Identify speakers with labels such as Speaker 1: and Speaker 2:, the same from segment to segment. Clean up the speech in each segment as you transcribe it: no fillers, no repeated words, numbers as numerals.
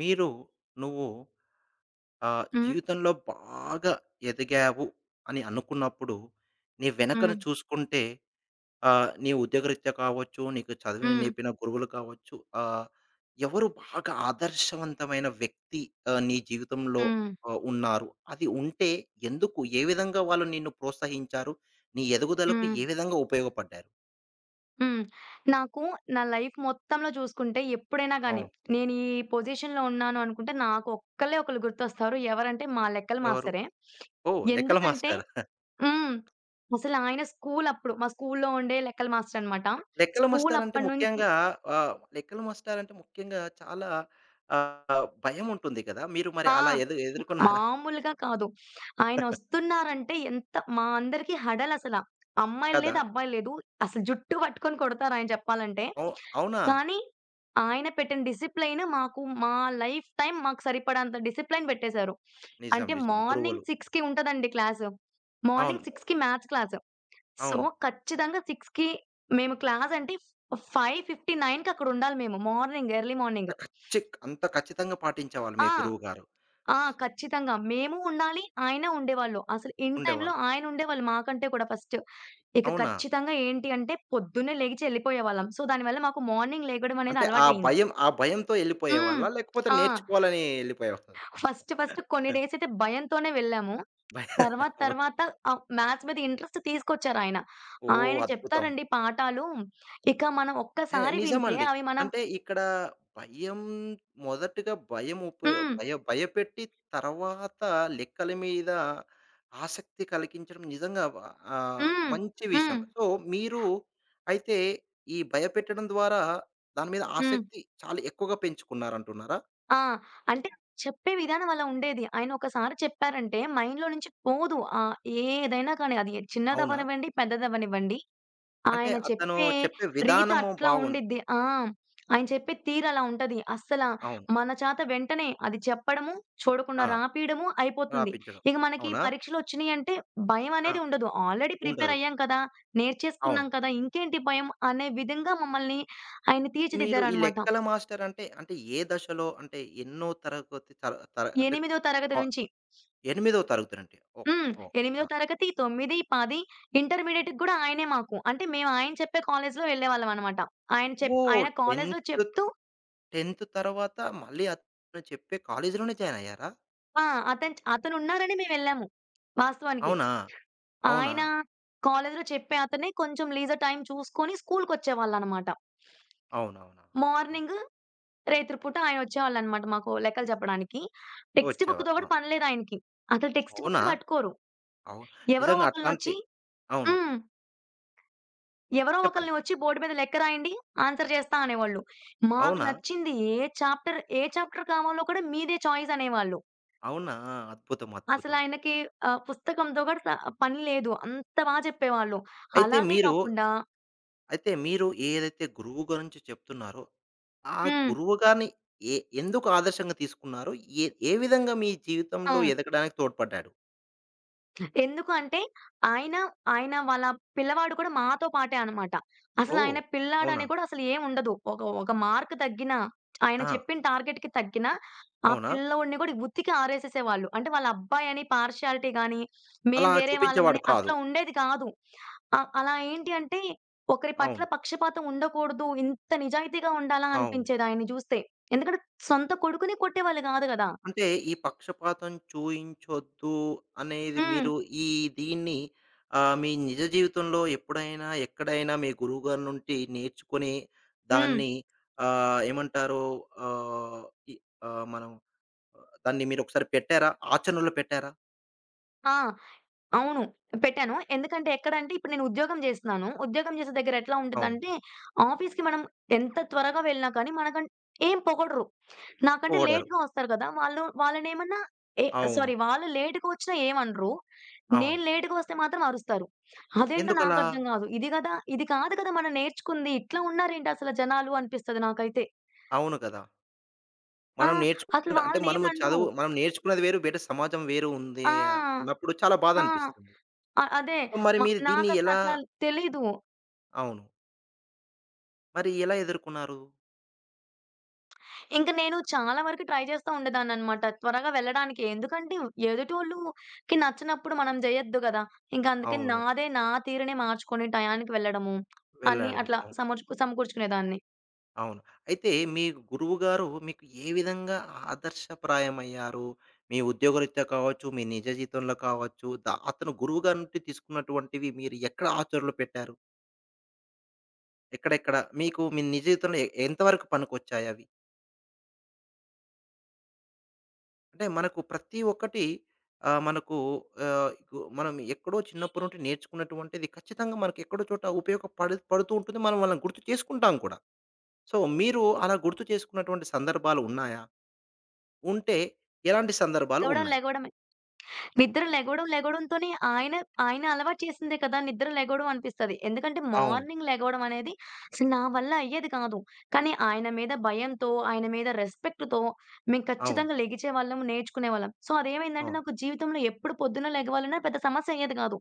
Speaker 1: మీరు నువ్వు
Speaker 2: హ్మ్.
Speaker 1: జీవితంలో బాగా ఎదిగావు అని అనుకున్నప్పుడు, నీ వెనకను
Speaker 2: హ్మ్.
Speaker 1: చూసుకుంటే నీ ఉద్యోగరీత్యా కావచ్చు, నీకు చదివి
Speaker 2: హ్మ్.
Speaker 1: నేర్పిన గురువులు కావచ్చు, ఆహ్, ఎవరు బాగా ఆదర్శవంతమైన వ్యక్తి నీ జీవితంలో
Speaker 2: హ్మ్.
Speaker 1: ఉన్నారు? అది ఉంటే ఎందుకు? ఏ విధంగా వాళ్ళు నిన్ను ప్రోత్సహించారు? నీ ఎదుగుదలకు
Speaker 2: హ్మ్.
Speaker 1: ఏ విధంగా ఉపయోగపడ్డారు?
Speaker 2: హ్మ్. నాకు నా లైఫ్ మొత్తంలో చూసుకుంటే ఎప్పుడైనా గాని,
Speaker 1: అవును.
Speaker 2: నేను ఈ పొజిషన్‌లో ఉన్నాను అనుకుంటే నాకు ఒక్కళ్ళే ఒకళ్ళు గుర్తొస్తారు. ఎవరంటే మా లెక్కల
Speaker 1: ఎవరు?
Speaker 2: మాస్టరే.
Speaker 1: ఓహ్! లెక్కల
Speaker 2: ఎందుకంటే
Speaker 1: మాస్టారా?
Speaker 2: హ్మ్. అసలు ఆయన స్కూలప్పుడు మా స్కూలులో ఉండే లెక్కల మాస్టర్ అన్నమాట.
Speaker 1: లెక్కల మాస్టారంటే
Speaker 2: స్కూలప్పటి నుంచి
Speaker 1: ముఖ్యంగా లెక్కల మాస్టారంటే ముఖ్యంగా చాలా భయముంటుంది కదా! మీరు మరి
Speaker 2: ఆ!
Speaker 1: అలా ఎదుర్కొన్నారా?
Speaker 2: మామూలుగా కాదు. ఆయనొస్తున్నారంటే ఎంత మా అందరికీ హడలసల. అమ్మాయిలు
Speaker 1: కదా!
Speaker 2: లేదు, అబ్బాయిలు లేదు. అసలు జుట్టు పట్టుకొని కొడతారు ఆయన చెప్పాలంటే.
Speaker 1: అవు అవునా?
Speaker 2: కానీ ఆయన పెట్టిన డిసిప్లైన్ మాకు మా లైఫ్ టైమ్ మాకు సరిపడేంత డిసిప్లైన్ పెట్టేసారు.
Speaker 1: నిజం.
Speaker 2: అంటే
Speaker 1: నిజం. గురువులు.
Speaker 2: మార్నింగ్ 6కి ఉంటదండి క్లాసు.
Speaker 1: అవును.
Speaker 2: మార్నింగ్ 6కి మ్యాథ్స్ క్లాసు. సో,
Speaker 1: అవును.
Speaker 2: ఖచ్చితంగా 6కి మేము క్లాస్ అంటే 5:59కి అక్కడ ఉండాలి మేము మార్నింగ్ ఎర్లీ మార్నింగ్.
Speaker 1: ఖచ్చి అంత ఖచ్చితంగా పాటించేవాళ్ళు మీ
Speaker 2: ఆ!
Speaker 1: గురువుగారు.
Speaker 2: ఆ! ఖచ్చితంగా. మేము ఉండాలి. ఆయన ఉండేవాళ్ళు. అసలు ఇన్ టైమ్‌లో
Speaker 1: ఉండేవాళ్ళు.
Speaker 2: ఆయన ఉండేవాళ్ళు మాకంటే కూడా ఫస్ట్. ఇక
Speaker 1: అవునా?
Speaker 2: ఖచ్చితంగా ఏంటి అంటే పొద్దున్నే లెగిచి ఎళ్ళిపోయేవాళ్ళం. సో, దానివల్ల మాకు మార్నింగ్ లెగడం అనేది
Speaker 1: అంటే ఆ
Speaker 2: అలవాటయింది.
Speaker 1: భయం ఆ భయంతో
Speaker 2: హ్మ్.
Speaker 1: ఎళ్ళిపోయేవాళ్ళా? లేకపోతే
Speaker 2: ఆ!
Speaker 1: నేర్చుకోవాలని ఎళ్ళిపోయేవాళ్ళా?
Speaker 2: ఫస్ట్ ఫస్ట్ కొన్ని డేస్ అయితే భయంతోనే వెళ్ళాము.
Speaker 1: భయ
Speaker 2: తర్వాత
Speaker 1: అవునా?
Speaker 2: తర్వాత మ్యాథ్స్ మీద ఇంట్రెస్ట్ తీసుకొచ్చారాయన. ఆయన
Speaker 1: ఓహ్!
Speaker 2: ఆయన
Speaker 1: అద్భుతం.
Speaker 2: చెప్తారండి పాఠాలు. ఇక మనం
Speaker 1: ఏ
Speaker 2: ఒక్కసారి వింటే
Speaker 1: నిజమండి.
Speaker 2: అవి మనం
Speaker 1: అంటే ఇక్కడ భయం మొదటగా భయం ఉప
Speaker 2: హ్మ్.
Speaker 1: భయపెట్టి, తర్వాత లెక్కల మీద ఆసక్తి కలిగించడం నిజంగా ఆహ్,
Speaker 2: హ్మ్.
Speaker 1: మంచి విషయం.
Speaker 2: హ్మ్.
Speaker 1: సో, మీరు అయితే ఈ భయపెట్టడం ద్వారా దాని మీద
Speaker 2: హ్మ్.
Speaker 1: ఆసక్తి చాలా ఎక్కువగా పెంచుకున్నారంటున్నారా?
Speaker 2: ఆ! అంటే చెప్పే విధానం అలా ఉండేది. ఆయన ఒకసారి చెప్పారంటే మైండ్‌లో నుంచి పోదు. ఏదైనా కానీ అది
Speaker 1: అవునా?
Speaker 2: చిన్నదవ్వనివ్వండి, పెద్దదవ్వనివ్వండి.
Speaker 1: అంటే
Speaker 2: ఆయన
Speaker 1: అతను
Speaker 2: చెప్పే
Speaker 1: చెప్పే
Speaker 2: రీతి
Speaker 1: విధానము
Speaker 2: అట్లా
Speaker 1: బాగుంది.
Speaker 2: ఉండిద్ది. ఆయన చెప్పే తీరు అలా ఉంటది. అస్సల
Speaker 1: అవును.
Speaker 2: మన చేత వెంటనే అది చెప్పడము, చూడకుండా
Speaker 1: ఆ!
Speaker 2: రాపీయడము అయిపోతుంది.
Speaker 1: రాపించడం.
Speaker 2: ఇక మనకి
Speaker 1: అవునా?
Speaker 2: పరీక్షలొచ్చినియంటే
Speaker 1: ఆ!
Speaker 2: భయమనేది ఉండదు. ఆల్రెడీ ప్రిపేర్
Speaker 1: ఉండదు.
Speaker 2: అయ్యాం కదా!
Speaker 1: అవును.
Speaker 2: నేర్చేసుకున్నాం కదా! ఇంకేంటి భయం అనే విధంగా మమ్మల్ని ఆయన
Speaker 1: మీరు ఈ
Speaker 2: తీర్చిదిద్దారనమాట.
Speaker 1: లెక్కల మాస్టర్ అంటే, అంటే ఏ దశలో అంటే ఎన్నో తరగతి తర తర అంటే
Speaker 2: 8దో తరగతి
Speaker 1: ఆహ్,
Speaker 2: నుంచి.
Speaker 1: ఎనిమిదో తరగతినండి. ఓహ్!
Speaker 2: హ్మ్.
Speaker 1: ఓహ్!
Speaker 2: 8
Speaker 1: ఆ!
Speaker 2: తరగతి, 9, 10 ఇంటర్మీడియేట్‌కి గూడా ఆయనే మాకు. అంటే మేము ఆయన చెప్పే కాలేజ్‌లో వెళ్ళేవాళ్ళమనమాట.
Speaker 1: ఓహ్!
Speaker 2: ఆయన కాలేజ్‌లో చెప్తూ
Speaker 1: 10థ్ తర్వాత మళ్ళీ అతను చెప్పే కాలేజీలోనే జాయిన్ అయ్యారా?
Speaker 2: ఆ! అతనున్నారని మేమెళ్ళాము వాస్తవానికి.
Speaker 1: అవునా? అవునా?
Speaker 2: ఆయన కాలేజ్‌లో చెప్పే అతనే కొంచెం లీజర్ టైమ్ చూసుకొని స్కూలుకొచ్చేవాళ్ళనమాట.
Speaker 1: అవునవునా! ఆ!
Speaker 2: మార్నింగ్ రేత్రి పూట ఆయనొచ్చేవాళ్ళనమాట మాకు లెక్కలు చెప్పడానికి. టెక్స్ట్ బుక్‌తో
Speaker 1: వచ్చేవాళ్ళు. ఆ!
Speaker 2: గూడా పని లేదాయనకి. అసలు టెక్స్ట్
Speaker 1: అవునా?
Speaker 2: బుక్కే పట్టుకోరు.
Speaker 1: అవును.
Speaker 2: ఎవరో
Speaker 1: నిజంగా అట్లాంటి
Speaker 2: ఒకళ్ళనొచ్చి
Speaker 1: అవును.
Speaker 2: హ్మ్. ఎవరో
Speaker 1: చెప్పండి.
Speaker 2: ఒకళ్ళని వచ్చి బోర్డ్ మీద లెక్క రాయండి. ఆన్సర్ చేస్తా అనేవాళ్ళు. మాకు
Speaker 1: అవునా?
Speaker 2: నచ్చింది ఏ చాప్టర్, ఏ చాప్టర్ కావాలో కూడా మీదే చాయిస్ అనేవాళ్ళు.
Speaker 1: అవునా? అద్భుతం. అద్భుతం.
Speaker 2: అసలాయనకి పుస్తకంతో కూడా పని లేదు. అంత బా చెప్పేవాళ్ళు.
Speaker 1: అయితే
Speaker 2: అలాగే
Speaker 1: మీరు
Speaker 2: కాకుండా
Speaker 1: అయితే మీరు ఏదైతే గురువు గురించి చెప్తున్నారో ఆ
Speaker 2: హ్మ్.
Speaker 1: గురువుగారిని ఎ ఎందుకు ఆదర్శంగా తీసుకున్నారు? ఏ ఏ విధంగా మీ
Speaker 2: ఆ!
Speaker 1: జీవితంలో ఎదగడానికి తోడ్పడ్డాడు?
Speaker 2: ఎందుకు అంటే, ఆయన, ఆయన వాళ్ళ పిల్లవాడు కూడా మాతో పాటే అన్నమాట.
Speaker 1: ఓహ్!
Speaker 2: అసలాయన
Speaker 1: అవునా?
Speaker 2: పిల్లాడని కూడా అసలు ఏముండదు. ఒక ఒక మార్క్ తగ్గినా, ఆయన
Speaker 1: ఆ!
Speaker 2: చెప్పిన టార్గెట్‌కి తగ్గినా, ఆ
Speaker 1: అవునా?
Speaker 2: పిల్లోడిని కూడా ఉతికి ఆరేసేసేవాళ్ళు. అంటే వాళ్ళ అబ్బాయని పార్షియాలిటీ గాని, మేము
Speaker 1: అలా
Speaker 2: వేరే
Speaker 1: చూపించేవాడు
Speaker 2: వాళ్ళమని
Speaker 1: కాదు.
Speaker 2: అట్లా ఉండేది కాదు. అలా ఏంటి అంటే, ఒకరి పట్ల
Speaker 1: అవును.
Speaker 2: పక్షపాతం ఉండకూడదు, ఇంత నిజాయితీగా ఉండాలా
Speaker 1: అవును.
Speaker 2: అనిపించేది ఆయన్ని జూస్తే. ఎందుకంటే సొంత కొడుకుని కొట్టేవాళ్ళు కాదు గదా!
Speaker 1: అంటే ఈ పక్షపాతం చూయించొద్దు అనేది
Speaker 2: హ్మ్.
Speaker 1: మీరు ఈ దీన్ని మీ నిజ జీవితంలో ఎప్పుడైనా, ఎక్కడైనా మీ గురువుగారి నుండి నేర్చుకొని
Speaker 2: హ్మ్.
Speaker 1: దాన్ని ఏమంటారు? ఆహ్, ఇ మనం ఆ, దాన్ని మీరొకసారి పెట్టారా? ఆచరణలో పెట్టారా?
Speaker 2: ఆ! అవును. పెట్టాను. ఎందుకంటే ఎక్కడంటే ఇప్పుడు నేను ఉద్యోగం జేస్తున్నాను. ఉద్యోగం జేసే దగ్గర ఎట్లా
Speaker 1: అవును.
Speaker 2: ఉంటదంటే ఆఫీస్‌కి మనం ఎంత త్వరగా వెళ్ళినా కానీ మనకం ఏం పొగడరు. నాకంటే
Speaker 1: పోవడారు.
Speaker 2: లేట్‌గా వస్తారు కదా! వాళ్ళు వాళ్ళనేమన్నా ఏ
Speaker 1: అవును.
Speaker 2: సారీ వాళ్ళు లేట్‌గా వచ్చినా ఏమనరు.
Speaker 1: అవును.
Speaker 2: నేను లేట్‌గా వస్తే మాత్రం అరుస్తారు. అదేంటో
Speaker 1: ఎందుకలా?
Speaker 2: నాకర్థం గాదు. ఇది గదా! ఇది కాదు కదా! మనం నేర్చుకుంది. ఇట్లా ఉన్నారేంటి అసల జనాలు అనిపిస్తది నాకైతే.
Speaker 1: అవును కదా!
Speaker 2: ఆ!
Speaker 1: మనం
Speaker 2: అసలు
Speaker 1: నేర్చుకుంటే అంటే మనము
Speaker 2: వాళ్ళనేమనరు.
Speaker 1: చదువు మనం నేర్చుకున్నది వేరు, బయట సమాజం వేరు ఉంది
Speaker 2: ఆ!
Speaker 1: అన్నప్పుడు చాలా
Speaker 2: ఆ!
Speaker 1: బాధనిపిస్తుంది.
Speaker 2: అ అదే.
Speaker 1: మరి
Speaker 2: మ
Speaker 1: మీరు దీన్ని ఎలా
Speaker 2: నాకసలట్లా తెలీదు.
Speaker 1: అవును. మరి ఎలా ఎదుర్కొన్నారు?
Speaker 2: ఇంక నేను చాలా వరకు ట్రై చేస్తా ఉండేదాన్ననమాట. త్వరగా వెళ్ళడానికి. ఎందుకంటే ఎదుటోళ్ళుకి నచ్చనప్పుడు మనం జేయొద్దు గదా! ఇంక అందుకే
Speaker 1: అవును.
Speaker 2: నా తీరునే మార్చుకొని టయానికి వెళ్ళడము. అన్నీ
Speaker 1: వెళ్ళాడము.
Speaker 2: అట్లా
Speaker 1: అవును.
Speaker 2: సమకూర్చుకునేదాన్ని.
Speaker 1: అవును. అయితే మీ గురువుగారు మీకు ఏ విధంగా ఆదర్శప్రాయమయ్యారు? మీ ఉద్యోగరీత్యా కావచ్చు, మీ నిజ జీవితంలో కావచ్చు, అతను గురువుగారి నుండి తీసుకున్నటువంటివి మీరు ఎక్కడ ఆచరణలో పెట్టారు? ఎక్కడెక్కడ మీకు మీ నిజ జీవితంలో ఎంత వరకు పనికొచ్చాయవి? అంటే మనకు ప్రతి ఒక్కటి మనకు మనం ఎక్కడో చిన్నప్పటి నుండి నేర్చుకున్నటువంటిది ఖచ్చితంగా మనకు ఎక్కడో చోట పడుతూ ఉంటుంది. మనం వాళ్ళని గుర్తు చేసుకుంటాం కూడా. సో, మీరు అలా గుర్తు చేసుకున్నటువంటి సందర్భాలు ఉన్నాయా? ఉంటే ఎలాంటి సందర్భాలు
Speaker 2: లెగవడం,
Speaker 1: ఉన్నాయి?
Speaker 2: లెగవడం నిద్ర లెగవడంతోనే ఆయన, ఆయన అలవాటు చేసిందే కదా! నిద్ర లెగవడం అనిపిస్తది. ఎందుకంటే
Speaker 1: అవును.
Speaker 2: మార్నింగ్ లెగవడం అనేది అసలు నా వల్ల అయ్యేది కాదు. కానీ ఆయన మీద భయంతో, ఆయన మీద రెస్పెక్ట్‌తో మేము
Speaker 1: అవును.
Speaker 2: ఖచ్చితంగా లెగిచేవాళ్ళం, నేర్చుకునేవాళ్ళం. సో, అదేమైందంటే
Speaker 1: అవును.
Speaker 2: నాకు జీవితంలో ఎప్పుడు పొద్దున్న లెగవాలన్నా పెద్ద సమస్య అయ్యేది కాదు.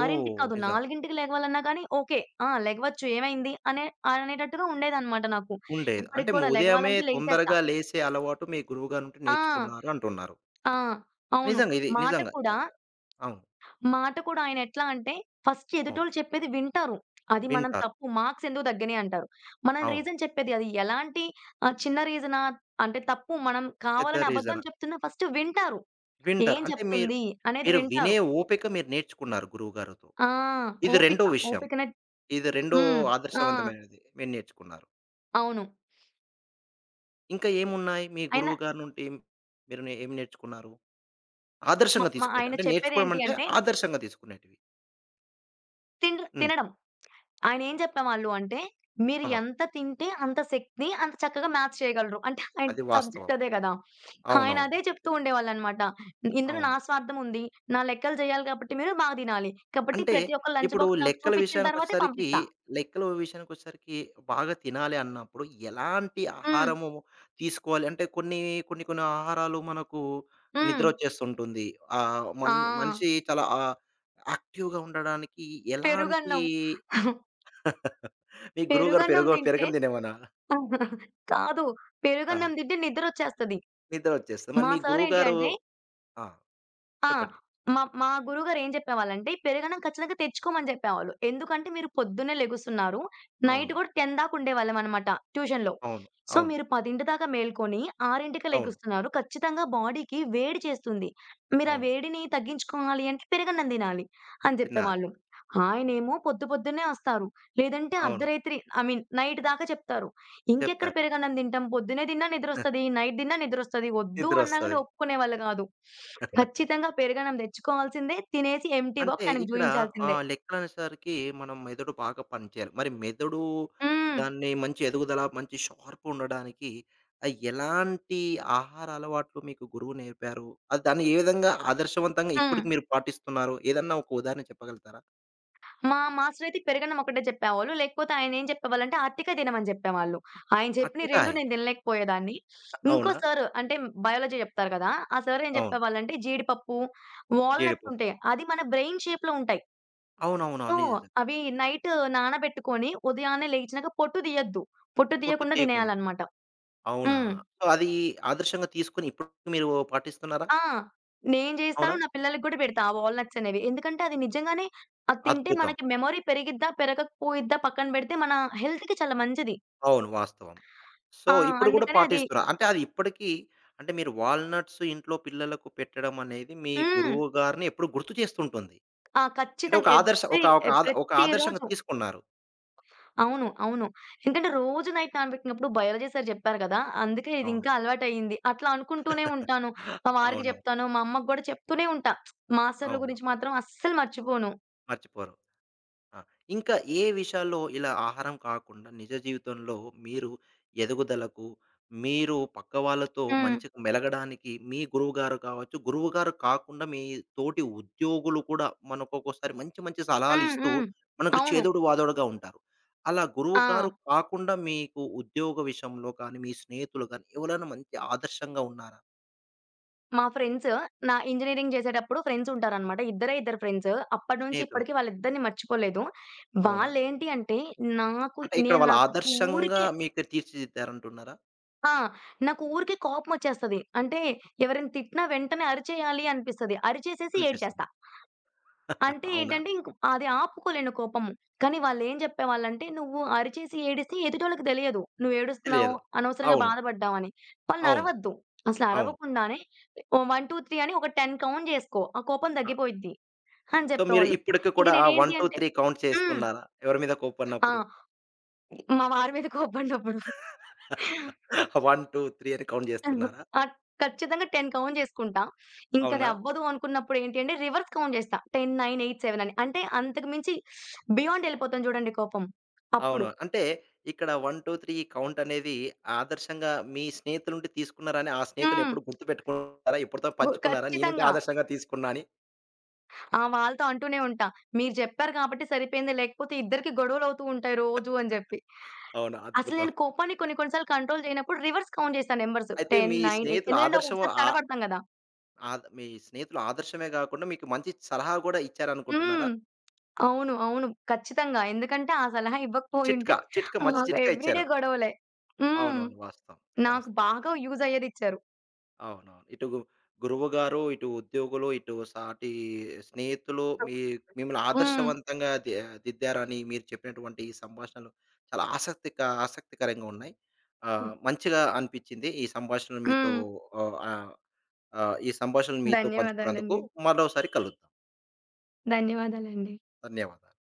Speaker 2: 6కి
Speaker 1: ఓహ్!
Speaker 2: కాదు
Speaker 1: నిజం.
Speaker 2: 4కి లెగవాలన్నా కానీ ఓకే. లెగవచ్చు ఏమైంది అనేటట్టుగా ఉండేదన్నమాట నాకు.
Speaker 1: ఉండేది. అంటే
Speaker 2: ఇప్పటికి కూడా
Speaker 1: ఉదయమే
Speaker 2: లెగవాలంటే లెగిచేస్తా.
Speaker 1: తొందరగా లేసే అలవాటు మీ గురువుగారి నుండి
Speaker 2: ఆ!
Speaker 1: నేర్చుకున్నారు అంటున్నారు.
Speaker 2: ఆ! అవును.
Speaker 1: నిజంగా ఇది
Speaker 2: మాట
Speaker 1: నిజంగా.
Speaker 2: కూడా
Speaker 1: అవును.
Speaker 2: మాట కూడా ఆయన ఎట్లా అంటే, ఫస్ట్
Speaker 1: అవును.
Speaker 2: ఎదుటోళ్ళు చెప్పేది వింటారు. అది మనం
Speaker 1: వింటారు.
Speaker 2: తప్పు మార్క్స్ ఎందుకు తగ్గినయి అంటారు. మనం
Speaker 1: అవును.
Speaker 2: రీజన్ చెప్పేది అది ఎలాంటి చిన్న రీజనా అంటే తప్పు మనం
Speaker 1: పెద్ద
Speaker 2: కావాలని అబద్ధం
Speaker 1: రీజన్.
Speaker 2: చెప్తున్నా ఫస్ట్ వింటారు.
Speaker 1: వింటారు.
Speaker 2: ఏం
Speaker 1: అంటే మీరు,
Speaker 2: చెప్తుంది అనేది
Speaker 1: మీరు వినే
Speaker 2: వింటారు.
Speaker 1: ఓపిక మీరు నేర్చుకున్నారు గురువుగారితో.
Speaker 2: ఆ!
Speaker 1: ఇది
Speaker 2: ఓపిక.
Speaker 1: రెండో విషయం.
Speaker 2: ఓపికనే
Speaker 1: ఇది రెండో
Speaker 2: హ్మ్. ఆ!
Speaker 1: ఆదర్శవంతమైనది మీరు నేర్చుకున్నారు.
Speaker 2: అవును.
Speaker 1: ఇంకా ఏమున్నాయి మీ
Speaker 2: ఆయన
Speaker 1: గురువుగారి నుండి మీరు ఏం నేర్చుకున్నారు?
Speaker 2: మ
Speaker 1: ఆదర్శంగా
Speaker 2: మ
Speaker 1: తీసుకునేటివి.
Speaker 2: ఆయన
Speaker 1: అంటే నేర్చుకోవడం
Speaker 2: చెప్పేదేంటి
Speaker 1: అంటే
Speaker 2: అంటే
Speaker 1: ఆదర్శంగా తీసుకునేటివి. హ్మ్.
Speaker 2: తినడం. ఆయనేం చెప్పేవాళ్ళు అంటే, "మీరు
Speaker 1: ఆమ
Speaker 2: ఎంత తింటే అంత శక్తి అంత చక్కగా మ్యాథ్స్ చేయగలరు." అంటే ఆయన
Speaker 1: అది
Speaker 2: సబ్జెక్ట్
Speaker 1: వాస్తవం.
Speaker 2: అదే గదా! ఆయన
Speaker 1: అవునవును.
Speaker 2: అదే చెప్తూ ఉండేవాళ్ళనమాట. "ఇందులో నా
Speaker 1: అవును.
Speaker 2: స్వార్థం ఉంది. నా లెక్కలు చేయాలి కాబట్టి మీరు బాగా తినాలి. కాబట్టి
Speaker 1: అంటే,
Speaker 2: ప్రతి ఒక్క లంచ్
Speaker 1: ఇప్పుడు
Speaker 2: బాక్స్ నాకు
Speaker 1: లెక్కల
Speaker 2: చూపించిన తర్వాతే
Speaker 1: విషయానికొచ్చేసరికి,
Speaker 2: పంపిస్తా."
Speaker 1: లెక్కల విషయానికొచ్చేసరికి బాగా తినాలి అన్నప్పుడు ఎలాంటి
Speaker 2: హ్మ్.
Speaker 1: ఆహారము తీసుకోవాలి? అంటే కొన్ని, కొన్ని ఆహారాలు మనకు
Speaker 2: హ్మ్.
Speaker 1: నిద్రొచ్చేస్తుంటుంది.
Speaker 2: ఆ!
Speaker 1: మనిషి చాలా యాక్టివ్‌గా ఉండడానికి ఎలాంటి
Speaker 2: పెరుగన్నం.
Speaker 1: మీ గురువుగారు
Speaker 2: పెరుగన్నం తింటే
Speaker 1: పెరగన్నం తినేవానా?
Speaker 2: కాదు.
Speaker 1: ఆ!
Speaker 2: పెరుగన్నం తింటే నిద్రొచ్చేస్తది.
Speaker 1: నిద్ర వచ్చేస్తది. మరి
Speaker 2: మా
Speaker 1: మీ
Speaker 2: సారేంటి
Speaker 1: గురువుగారు
Speaker 2: అంటే
Speaker 1: ఆ!
Speaker 2: ఆ!
Speaker 1: చెప్పండి.
Speaker 2: మా మా గురువుగారు ఏం చెప్పేవాళ్ళంటే, పెరగన్నం ఖచ్చితంగా తెచ్చుకోమని చెప్పేవాళ్ళు. ఎందుకంటే, మీరు పొద్దున్నే లెగుస్తున్నారు. నైట్
Speaker 1: అవును.
Speaker 2: కూడా 10 దాకా ఉండేవాళ్ళమనమాట ట్యూషన్‌లో.
Speaker 1: అవును.
Speaker 2: సో,
Speaker 1: అవును.
Speaker 2: మీరు 10:00 దాకా మేల్కొని 6:00కే
Speaker 1: అవును.
Speaker 2: లెగుస్తున్నారు. ఖచ్చితంగా బాడీకి వేడి చేస్తుంది. మీరు ఆ
Speaker 1: అవును.
Speaker 2: వేడిని తగ్గించుకోవాలి అంటే పెరగన్నం తినాలి అని
Speaker 1: తినాలి.
Speaker 2: చెప్పేవాళ్ళు. ఆయనేమో పొద్దున్నే వస్తారు. లేదంటే
Speaker 1: అవును.
Speaker 2: అర్ధరాత్రి ఐ మీన్ నైట్ దాకా చెప్తారు. ఇంకెక్కడ
Speaker 1: చెప్తారు.
Speaker 2: పెరుగన్నం తింటాం? పొద్దున్నే తిన్నా నిద్రొస్తది. నైట్ తిన్నా నిద్రొస్తది. వద్దు అన్నా గాని
Speaker 1: నిద్రొస్తది.
Speaker 2: ఒప్పుకునేవాళ్ళు గాదు. ఓకే. ఖచ్చితంగా పెరుగన్నం తెచ్చుకోవాల్సిందే. తినేసి ఎంప్టీ
Speaker 1: అంటే
Speaker 2: బాక్స్ ఆయనకి
Speaker 1: ఇక్కడ
Speaker 2: చూయించాల్సిందే.
Speaker 1: లెక్కలనేసరికి మనం మెదడు బాగా పనిచేయాలి. మరి మెదడు
Speaker 2: హ్మ్.
Speaker 1: దాన్ని మంచి ఎదుగుదల, మంచి షార్ప్ ఉండడానికి ఎలాంటి ఆహార అలవాట్లు మీకు గురువు నేర్పారు? అది దాన్ని ఏ విధంగా ఆదర్శవంతంగా
Speaker 2: హ్మ్.
Speaker 1: ఇప్పటికి మీరు పాటిస్తున్నారు? ఏదన్నా ఒక ఉదాహరణ చెప్పగలుగుతారా?
Speaker 2: మా మాస్టరయితే పెరుగన్నం ఒకటే చెప్పేవాళ్ళు. లేకపోతే ఆయనేం చెప్పేవాళ్ళంటే అరటికాయ తినమని చెప్పేవాళ్ళు. ఆయన చెప్పినయి
Speaker 1: అరటికాయ
Speaker 2: 2 నేను తినలేకపోయేదాన్ని. ఇంకో
Speaker 1: అవునా?
Speaker 2: సారు అంటే బయాలజీ చెప్తారు గదా! ఆ సారేం
Speaker 1: అవును.
Speaker 2: చెప్పేవాళ్ళంటే జీడిపప్పు, వాల్‌నట్స్
Speaker 1: జీడిపప్పు.
Speaker 2: ఉంటాయి. అది మన బ్రెయిన్ షేప్‌లో ఉంటాయి.
Speaker 1: అవునవునవును.
Speaker 2: సో,
Speaker 1: నిజం.
Speaker 2: అవి నైట్ నానబెట్టుకొని ఉదయాన్నే లేచినాక పొట్టు తీయొద్దు. పొట్టు
Speaker 1: పొట్టు
Speaker 2: తీయకుండా
Speaker 1: తీయకుండా.
Speaker 2: తినేయాలన్నమాట.
Speaker 1: అవునా?
Speaker 2: హ్మ్.
Speaker 1: సో, అది ఆదర్శంగా తీసుకొని ఇప్పటికి మీరు పాటిస్తున్నారా?
Speaker 2: ఆ! నేను
Speaker 1: అవునా?
Speaker 2: చేస్తాను. నా పిల్లలకి కూడా పెడతా ఆ వాల్‌నట్స్ అనేవి. ఎందుకంటే అది నిజంగానే అది తింటే
Speaker 1: అద్భుతం.
Speaker 2: మనకి మెమరీ పెరిగిద్దా? పెరగకపోయిద్దా? పక్కన పెడితే మన హెల్త్‌కి చాలా మంచిది.
Speaker 1: అవును. వాస్తవం. సో,
Speaker 2: ఆ!
Speaker 1: ఇప్పుడు గూడా
Speaker 2: అందుకని అది
Speaker 1: పాటిస్తున్నారు. అంటే అది ఇప్పటికీ అంటే మీరు వాల్‌నట్స్ ఇంట్లో పిల్లలకు పెట్టడం అనేది మీ
Speaker 2: హ్మ్.
Speaker 1: గురువు గారిని ఎప్పుడు గుర్తు చేస్తుంటుంది.
Speaker 2: ఆ!
Speaker 1: అంటే ఒక
Speaker 2: ఖచ్చితంగా
Speaker 1: ఒక
Speaker 2: ఎవ్రీ
Speaker 1: ఒక
Speaker 2: ఎ
Speaker 1: ఒక ఆదర్శంగా
Speaker 2: ప్రతిరోజు.
Speaker 1: తీసుకున్నారు.
Speaker 2: అవును. అవును. ఎందుకంటే రోజు నైట్ నానబెట్టినప్పుడు బయాలజీ సార్ జెప్పారు గదా! అందుకే ఇది
Speaker 1: అవును.
Speaker 2: ఇంకా అలవాటయింది. అట్లా అనుకుంటూనే ఉంటాను. మా వారికి
Speaker 1: అవునవును.
Speaker 2: జెప్తాను. మా అమ్మకి గూడా చెప్తూనే ఉంటా. మాస్టర్‌ల
Speaker 1: అవును.
Speaker 2: గురించి మాత్రం అస్సలు మర్చిపోను.
Speaker 1: మర్చిపోరు. ఆ! ఇంకా ఏ విషయాల్లో ఇలా ఆహారం కాకుండా నిజ జీవితంలో మీరు ఎదుగుదలకు, మీరు పక్క వాళ్ళతో
Speaker 2: హ్మ్.
Speaker 1: మంచిగా మెలగడానికి మీ గురువుగారు కావచ్చు, గురువుగారు కాకుండా మీ తోటి ఉద్యోగులు కూడా మనకు ఒక్కోసారి మంచి మంచి సలహాలు
Speaker 2: హ్మ్.
Speaker 1: ఇస్తూ
Speaker 2: హ్మ్.
Speaker 1: మనకు
Speaker 2: అవును.
Speaker 1: చేదోడు వాదోడుగా ఉంటారు. అలా
Speaker 2: ఆ!
Speaker 1: గురువుగారు కాకుండా మీకు ఉద్యోగ విషయంలో కానీ, మీ స్నేహితులు కానీ ఎవరైనా మంచి ఆదర్శంగా ఉన్నారా?
Speaker 2: మా ఫ్రెండ్స్ నా ఇంజినీరింగ్ జేసేటప్పుడు ఫ్రెండ్స్ ఉంటారనమాట. ఇద్దరే ఇద్దరు ఫ్రెండ్స్. అప్పటి నుంచి
Speaker 1: స్నేహితులు
Speaker 2: ఇప్పటికి వాళ్ళిద్దరిని మర్చిపోలేదు.
Speaker 1: అవునా?
Speaker 2: వాళ్ళేంటి అంటే నాకు
Speaker 1: అంటే ఇక్కడ వాళ్ళు
Speaker 2: నాకు
Speaker 1: ఆదర్శంగా
Speaker 2: ఊరికే
Speaker 1: మీకు తీర్చిదిద్దారంటున్నారా?
Speaker 2: ఆ! నాకు ఊరికే కోపమొచ్చేస్తది. అంటే ఎవరైనా తిట్టినా వెంటనే అరిచేయాలి అనిపిస్తది. అరిచేసేసి
Speaker 1: అనిపిస్తుంది.
Speaker 2: ఏడ్చేస్తా. అంటే
Speaker 1: అవునా?
Speaker 2: ఏంటంటే ఇంక అది ఆపుకోలేను కోపము. కానీ వాళ్ళేం చెప్పేవాళ్ళంటే, "నువ్వు అరిచేసి ఏడిస్తే ఎదుటోళ్ళకి తెలియదు. నువ్వు ఏడుస్తున్నావు,
Speaker 1: తెలియదు.
Speaker 2: అనవసరంగా
Speaker 1: అవును.
Speaker 2: బాధపడ్డావని.
Speaker 1: అవును.
Speaker 2: వాళ్ళనరవద్దు.
Speaker 1: అవును.
Speaker 2: అసలరవకుండానే ఓ 1, 2, 3 అని ఒక 10 కౌంట్ జేసుకో. ఆ కోపం
Speaker 1: ఆ!
Speaker 2: తగ్గిపోయిద్ది" అని
Speaker 1: సో, మీరు
Speaker 2: చెప్పేవాళ్ళు.
Speaker 1: ఇప్పటికి
Speaker 2: ఇంక
Speaker 1: కూడా ఆ 1,
Speaker 2: నేనేంటి
Speaker 1: 2,
Speaker 2: అంటే
Speaker 1: 3 కౌంట్
Speaker 2: హ్మ్.
Speaker 1: చేస్తున్నారా? ఎవరి మీద కోపన్నప్పుడు?
Speaker 2: ఆ! మా వారి మీద కోపం ఉన్నప్పుడు
Speaker 1: 1, 2, 3 అని కౌంట్ చేస్తున్నారా?
Speaker 2: ఆహ్, ఖచ్చితంగా 10 కౌంట్ చేసుకుంటా. ఇంకది
Speaker 1: అవునా?
Speaker 2: అవ్వదు అనుకున్నప్పుడు ఏంటి అంటే రివర్స్ కౌంట్ చేస్తా. 10, 9, 8, 7 అని. అంటే అంతకు మించి బియాండ్ ఎళ్ళిపోతాను చూడండి కోపం.
Speaker 1: అవును.
Speaker 2: అప్పుడు
Speaker 1: అంటే ఇక్కడ 1, 2, 3 ఈ కౌంట్ అనేది ఆదర్శంగా మీ స్నేహితుల నుండి తీసుకున్నారని, ఆ స్నేహితుడిని
Speaker 2: హ్మ్.
Speaker 1: ఎప్పుడు గుర్తుపెట్టుకున్నారా? ఎప్పటితో
Speaker 2: గు
Speaker 1: పంచుకున్నారా? నీ నుండి
Speaker 2: ఖచ్చితంగా.
Speaker 1: ఆదర్శంగా తీసుకున్నా అని.
Speaker 2: వాళ్ళతో అంటూనే ఉంటా. మీరు చెప్పారు కాబట్టి సరిపోయింది. లేకపోతే ఇద్దరికి గొడవలవుతూ ఉంటాయి రోజు అని జెప్పి.
Speaker 1: అవును.
Speaker 2: అసలు
Speaker 1: అద్భుతం.
Speaker 2: నేను కోపాన్ని కొన్ని కొన్ని సార్లు కంట్రోల్ చేయనప్పుడు రివర్స్ కౌంట్ చేశాను నంబర్స్. 10,
Speaker 1: అయితే మీ
Speaker 2: 9, 8
Speaker 1: స్నేహితులు
Speaker 2: ఎందుకంటే ఒక్కొక్కసారి
Speaker 1: ఆ
Speaker 2: తడబడతాం గదా!
Speaker 1: మీ స్నేహితులు ఆదర్శమే కాకుండా మీకు మంచి సలహా కూడా
Speaker 2: హ్మ్.
Speaker 1: ఇచ్చారనుకుంటున్నారా?
Speaker 2: అవును. అవును. ఖచ్చితంగా. ఎందుకంటే ఆ సలహా ఇవ్వకపోయుంటే
Speaker 1: చిట్కా, మంచి
Speaker 2: మాకు
Speaker 1: చిట్కా
Speaker 2: ఎవ్రీడే
Speaker 1: ఇచ్చారు.
Speaker 2: గొడవలే. హ్మ్.
Speaker 1: అవునవును. వాస్తవం.
Speaker 2: నాకు
Speaker 1: వాస్తవం.
Speaker 2: బాగా యూజ్ అయ్యేదిచ్చారు.
Speaker 1: అవునవును. ఇటు గురువుగారు, ఇటు ఉద్యోగులు, ఇటు సాటి స్నేహితులు మీ మిమ్మల్ని
Speaker 2: హ్మ్.
Speaker 1: ఆదర్శవంతంగా దిద్దారని మీరు చెప్పినటువంటి ఈ సంభాషణలు చాలా ఆసక్తికరంగా ఉన్నాయి. మంచిగా అనిపించింది ఈ సంభాషణలు మీతో
Speaker 2: హ్మ్.
Speaker 1: ఆహ్, ఆహ్, ఆహ్, ఈ సంభాషణలు మీతో పంచుకున్నందుకు.
Speaker 2: ధన్యవాదాలండి.
Speaker 1: మరోసారి కలుద్దాం.
Speaker 2: ధన్యవాదాలండి.
Speaker 1: ధన్యవాదాలు.